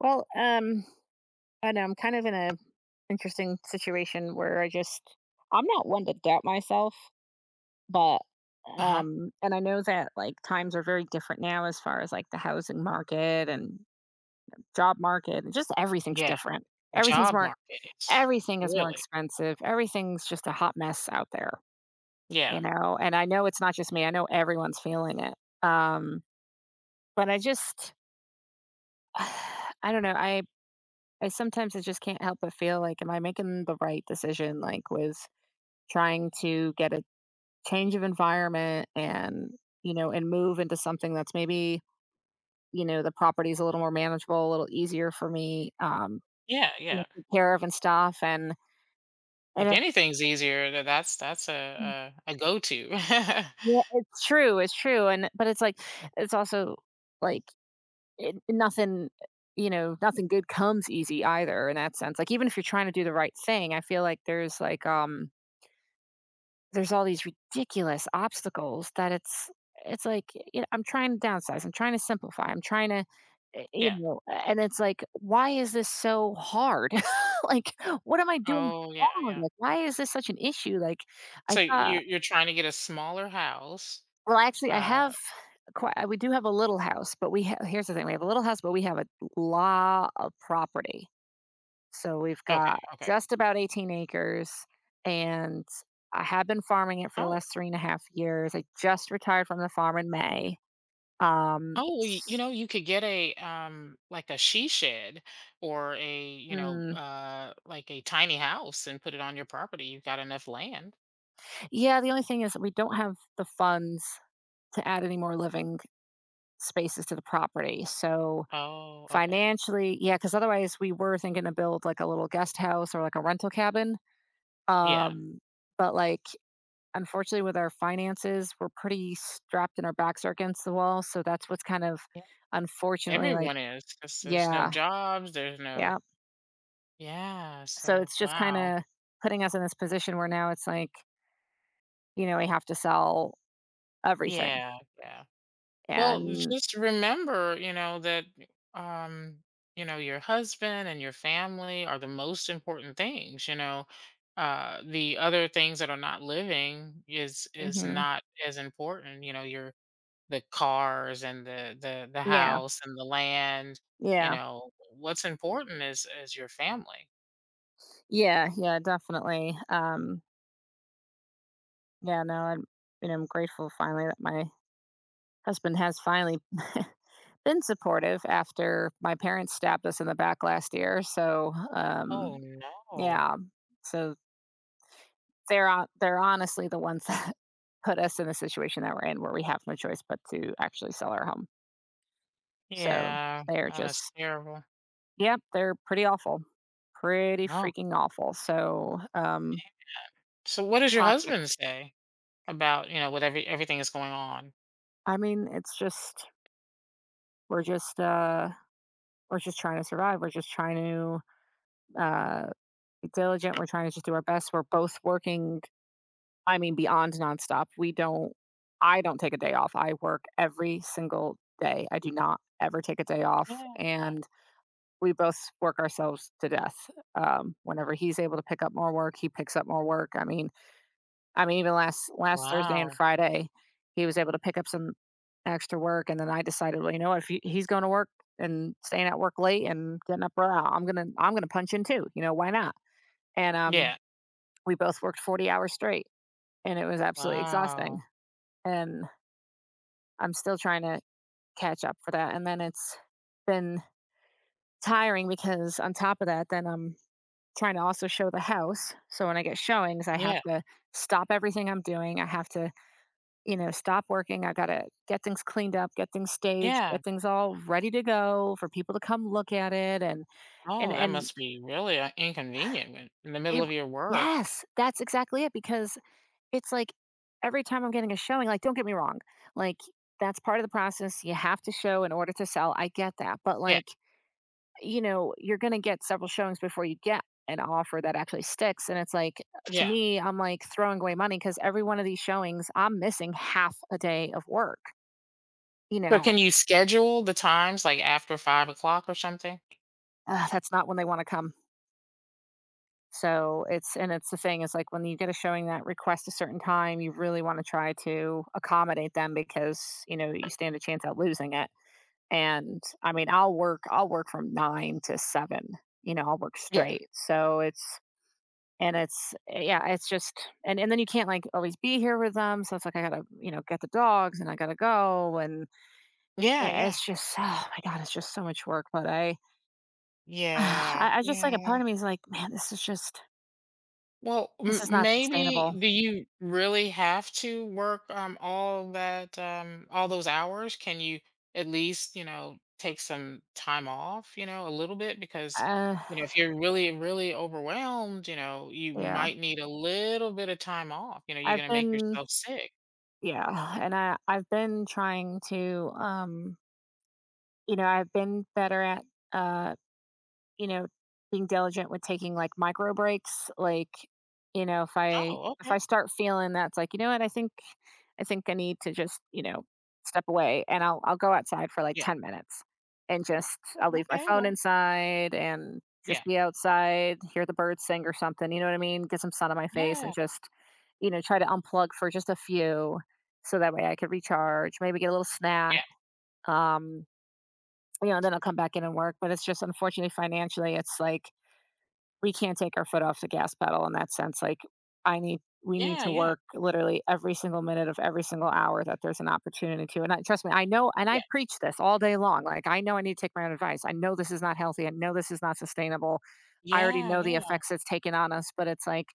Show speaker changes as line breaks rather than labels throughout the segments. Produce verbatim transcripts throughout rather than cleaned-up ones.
Well, um, I know I'm kind of in a interesting situation where I just I'm not one to doubt myself, but
Uh-huh.
um and I know that like times are very different now as far as like the housing market and job market and just everything's
Yeah,
different. Everything's
job
more
market is
Everything is more
really.
expensive. Everything's just a hot mess out there, you
Yeah.
know. And I know it's not just me. I know everyone's feeling it. Um but I just I don't know. I I sometimes I just can't help but feel like, am I making the right decision? Like, with trying to get a change of environment and, you know, and move into something that's maybe, you know, the property's a little more manageable, a little easier for me, um,
Yeah,
you know,
yeah.
to take care of and stuff. And, and
If
it's,
anything's easier, tha that's that's a a a go-to.
yeah, it's true. It's true. And, but it's like, it's also like it, nothing, you know, nothing good comes easy either in that sense. Like, even if you're trying to do the right thing, I feel like there's like, um, there's all these ridiculous obstacles that it's it's like, you know, I'm trying to downsize, I'm trying to simplify, I'm trying to, eh, you
Yeah.
know, and it's like, why is this so hard? Like, what am I doing
Oh, yeah,
wrong?
yeah.
Like, why is this such an issue? Like, I
So
thought
you're you're trying to get a smaller house.
well, actually, I
Uh,
have quite we do have a little house, but we ha here's the thing, we have a little house, but we have a lot of property. So we've
okay,
got
okay.
just about eighteen acres, and I have been farming it for the
Oh,
last three and a half years. I just retired from the farm in May. Um,
oh, well, y- you know, you could get a, um, like a she shed or a, you know,
hmm,
uh, like a tiny house and put it on your property. You've got enough land.
yeah, the only thing is that we don't have the funds to add any more living spaces to the property. So
Oh, okay.
financially, yeah, because otherwise we were thinking to build like a little guest house or like a rental cabin.
Yeah.
Um, but like unfortunately with our finances, we're pretty strapped and our backs are against the wall, so that's what's kind of unfortunately like
Everyone is, 'cause there's no
yeah,
jobs, there's no.
yeah.
Yeah,
So
so
it's just
wow.
kinda putting us in this position where now it's like, you know, we have to sell everything
Yeah, yeah. Well,
and
just remember, you know, that, um, you know, your husband and your family are the most important things, you know? Uh, the other things that are not living is is
mhm.
not as important, you know, your the cars and the the the
Yeah.
house and the land, you
Yeah.
know? What's important is is your family.
Yeah, yeah, definitely. Um, yeah, no, I'm you know, I'm grateful finally that my husband has finally been supportive after my parents stabbed us in the back last year. So,
Oh,
um,
no.
yeah. So they're on they're honestly the ones that put us in the situation that we're in where we have no choice but to actually sell our home. So
Yeah.
they're
Oh, that's
just
terrible.
yep, they're pretty awful. Pretty
Oh.
freaking awful. So um
So what does your
toxic.
husband say about, you know, whatever everything is going on?
I mean, it's just we're just uh we're just trying to survive. We're just trying to uh be diligent. We're trying to just do our best. We're both working I mean, beyond nonstop. We don't I don't take a day off. I work every single day. I do not ever take a day off,
Yeah.
and we both work ourselves to death. Um, whenever he's able to pick up more work, he picks up more work. I mean, I mean, even last last Thursday and
Wow.
Friday, he was able to pick up some extra work, and then I decided, well, you know, what, if he, he's going to work and staying at work late and getting up early, I'm gonna I'm gonna punch in too. You know, why not? And um,
Yeah.
we both worked forty hours straight, and it was absolutely exhausting
Wow.
and I'm still trying to catch up for that. And then it's been tiring because on top of that, then I'm trying to also show the house. So when I get showings, I have
Yeah.
to stop everything I'm doing. I have to, you know, stop working. I got to get things cleaned up, get things staged, get
Yeah.
things all ready to go for people to come look at it and and
Oh, that
and
must be really uh, inconvenient when in the middle
it,
of your work.
yes, that's exactly it because it's like every time I'm getting a showing like, don't get me wrong, like, that's part of the process, you have to show in order to sell, I get that, but,
Yeah.
like, you know, you're gonna get several showings before you get an offer that actually sticks, and it's like, to
Yeah.
me, I'm, like, throwing away money because every one of these showings, I'm missing half a day of work, you
So
know?
can you schedule the times like after five o'clock or something?
Ugh, that's not when they wanna come. So, it's and it's the thing, it's like when you get a showing that requests a certain time, you really wanna try to accommodate them because, you know, you stand a chance at losing it. And I mean, I'll work I'll work from nine to seven, you know, I'll work
Yeah.
straight. So it's and it's eh, yeah, it's just and and then you can't like always be here with them. So it's like I gotta, you know, get the dogs and I gotta go and
Yeah.
yeah,
Yeah.
it's just oh my god, it's just so much work. But I
Yeah.
I, I just like a part
Yeah.
of me is like, man, this is just
Well,
this is
m-
not
maybe
sustainable.
do you really have to work um all that um all those hours? Can you at least, you know, take some time off, you know, a little bit? Because
Uh
you know, if you're really really overwhelmed, you know, you
yeah.
might need a little bit of time off. You know, you're
I've
going to make
been
yourself sick.
yeah, and I I've been trying to um you know, I've been better at uh you know, being diligent with taking like micro breaks. Like, you know, if I
Oh,
if
okay.
I start feeling that's like, you know what, I think I think I need to just, you know, step away and I'll I'll go outside for like
Yeah.
ten minutes and just I'll leave my
Okay.
phone
Well,
inside and just
yeah.
be outside, hear the birds sing or something, you know what I mean? Get some sun on my face and
Yeah.
just, you know, try to unplug for just a few so that way I could recharge, maybe get a little snack.
Yeah.
Um, you know, and then I'll come back in and work. But it's just unfortunately financially, it's like we can't take our foot off the gas pedal in that sense. Like I need we need
Yeah,
to
yeah.
work literally every single minute of every single hour that there's an opportunity to. And I, trust me, I know and I
Yeah.
preach this all day long. Like I know I need to take my own advice. I know this is not healthy. I know this is not sustainable. I already
Yeah,
know the
yeah.
effects it's taken on us, but it's like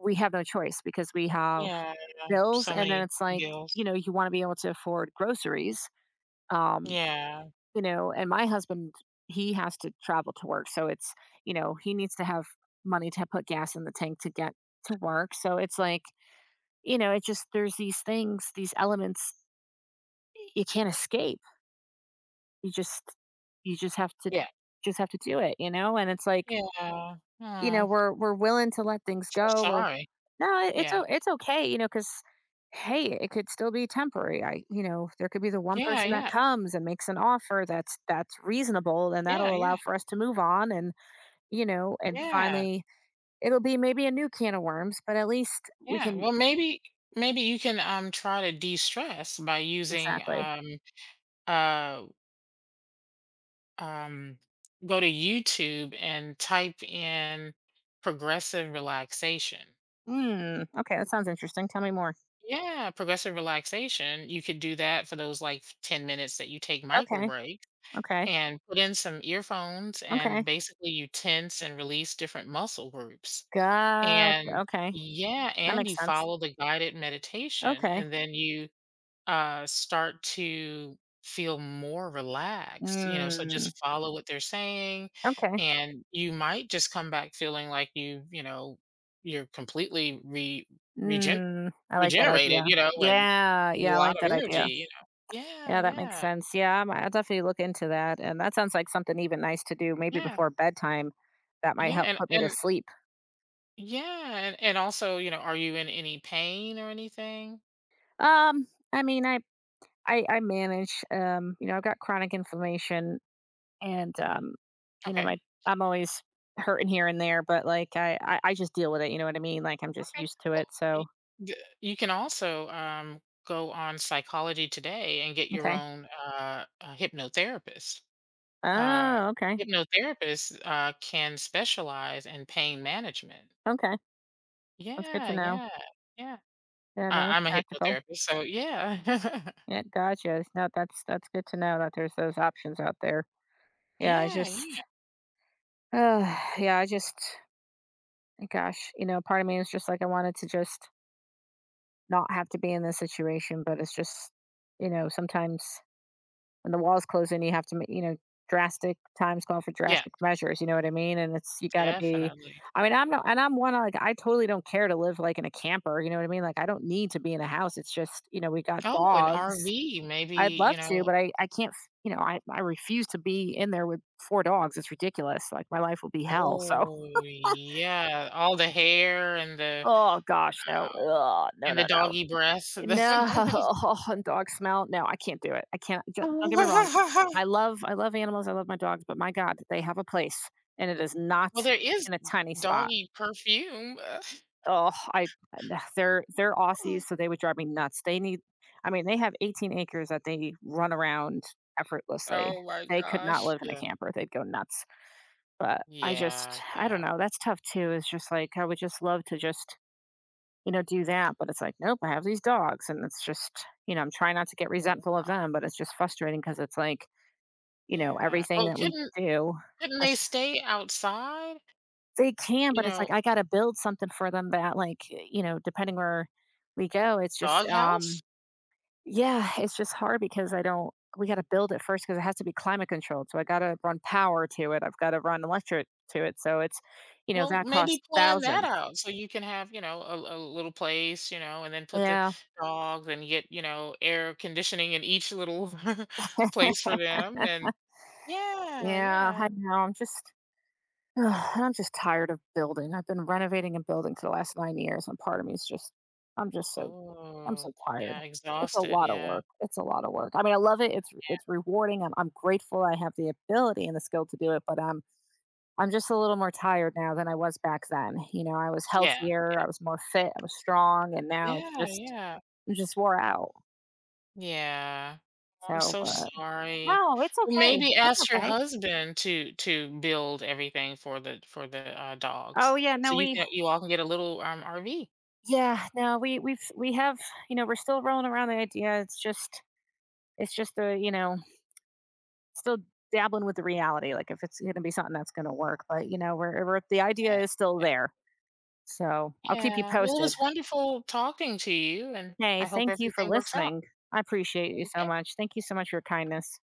we have no choice because we have
Yeah.
bills
So
and then
many
it's like, you
deals.
know, you want to be able to afford groceries. Um
Yeah.
you know, and my husband, he has to travel to work, so it's you know, he needs to have money to put gas in the tank to get to work, so it's like, you know, it just there's these things, these elements you can't escape. You just you just have to
Yeah.
just have to do it, you know, and it's like,
Yeah.
you know,
Oh,
we're we're willing to let things
so
go. We're
sorry.
no, it it's
Yeah.
o it's okay, you know, because hey, it could still be temporary. I you know, there could be the one
Yeah,
person that
yeah.
comes and makes an offer that's that's reasonable, and
Yeah,
that'll allow
yeah.
for us to move on and, you know, and
Yeah.
finally it'll be maybe a new can of worms, but at least we
Yeah.
can
Well, maybe maybe you can, um, try to de-stress by using,
exactly.
um, uh, um go to YouTube and type in progressive relaxation.
Mm, okay, that sounds interesting. Tell me more.
Yeah, progressive relaxation. You could do that for those, like, ten minutes that you take micro
Okay,
breaks,
okay,
and put in some earphones,
okay.
and basically you tense and release different muscle groups.
Gotcha,
And
okay.
yeah,
That
and
makes
you
sense.
follow the guided meditation,
Okay.
and then you uh, start to feel more relaxed, you know. So
Mm,
just follow what they're saying,
okay.
and you might just come back feeling like you, you know, you're completely re regen
Mm, I like that
regenerated,
idea.
you know, and
Yeah,
a
yeah, I
lot
like
of
that
energy,
idea.
you know. Yeah,
Yeah, that makes
yeah,
sense. Yeah, I'm- I'll definitely look into that. And that sounds like something even nice to do, maybe
yeah,
before bedtime. That might
yeah,
help
and
put me to
and
sleep.
yeah, and and also, you know, are you in any pain or anything?
Um, I mean, I I, I manage. Um, you know, I've got chronic inflammation, and um, you know, my
Okay.
I'm always hurting here and there, but like I, I I just deal with it. You know what I mean? Like I'm just
Okay.
used to
Well,
it.
y-
So
d- you can also um, go on Psychology Today and get your
okay.
own uh, uh, hypnotherapist. Uh,
Oh, okay,
hypnotherapists uh, can specialize in pain management.
okay. That's good to
Yeah,
know.
yeah, yeah.
Yeah, no,
I,
that's
I'm a
practical.
hypnotherapist, so yeah,
Yeah, gotcha. No, that's that's good to know that there's those options out there. Yeah, I
yeah,
just
yeah,
ugh, yeah, I just, gosh, you know, part of me is just like, I wanted to just not have to be in this situation, but it's just, you know, sometimes when the walls close in, you have to, ma- you know, drastic times call for
yeah,
drastic measures. You know what I mean? And it's, you got to be,
definitely.
I mean, I'm not, and I'm one, like, I totally don't care to live like in a camper. You know what I mean? Like, I don't need to be in a house. It's just, you know, we got
Oh, an
dogs.
R V, maybe,
I'd
you
love to,
know.
but I, I can't, f- you know, I, I refuse to be in there with four dogs. It's ridiculous. Like, my life will be hell. So.
Oh, yeah, all the hair and the
Oh gosh, no.
oh,
Ugh, no,
and
no,
the
no.
doggy breath.
No, and dog smell. No, I can't do it. I can't. d- Don't get me wrong. I love, I love animals. I love my dogs, but my God, they have a place, and it is not
Well, there is
in a tiny spot.
doggy perfume.
Oh, I, they're they're Aussies, so they would drive me nuts. They need, I mean, they have eighteen acres that they run around effortlessly.
Oh my
They could not
gosh.
live in a
Yeah.
camper. They'd go nuts. But I just,
Yeah,
I don't
yeah,
know. That's tough too. Is just like I would just love to just you know, do that. But it's like, nope, I have these dogs. And it's just, you know, I'm trying not to get
yeah,
resentful of them, but it's just frustrating because it's like, you know,
yeah.
everything
Oh,
that we
couldn't
do,
couldn't
I s-
they stay outside?
they can,
You
but it's like,
know,
I got to build something for them that, like, you know, depending where we go, it's just,
doghouse?
um, yeah, it's just hard because I don't, we got to build it first because it has to be climate controlled. So I got to run power to it. I've got to run electric to it. So it's, you know,
Well,
that costs
maybe plan that
thousands.
out so you can have, you know, a, a little place, you know, and then put the
Yeah.
dogs and get, you know, air conditioning in each little place for them. And yeah,
Yeah.
yeah.
I know. I'm just, Ugh, and I'm just tired of building. I've been renovating and building for the last nine years, and part of me is just, I'm just so, I'm
Oh,
so tired.
yeah,
It's a
exhausted.
lot of
Yeah,
work. It's a lot of work. I mean, I love it. It's it's rewarding. I'm I'm grateful I have the ability and the skill to do it, but I'm I'm just a little more tired now than I was back then. You know, I was
yeah.
healthier, I was more fit, I was strong, and now it's
Yeah,
just
yeah.
I'm just wore out.
Yeah. Oh, I'm
So,
so
but
sorry.
no, it's
Well,
okay.
maybe
It's
ask your
okay.
husband to to build everything for the for the, uh,
Oh
dogs,
yeah, no,
so you
we
can you all can get a little, um, R V.
yeah, no, we we've we have you know we're still rolling around the idea. It's just it's just a, you know, still dabbling with the reality, like, if it's gonna be something that's gonna work, but, you know, we're we're the idea
Yeah,
is still
yeah,
there. So, I'll keep you
yeah. Well, it
posted.
was wonderful talking to you, and
Hey,
I hope
thank you for
everything works out.
listening. I appreciate you so
Okay.
much. Thank you so much for your kindness.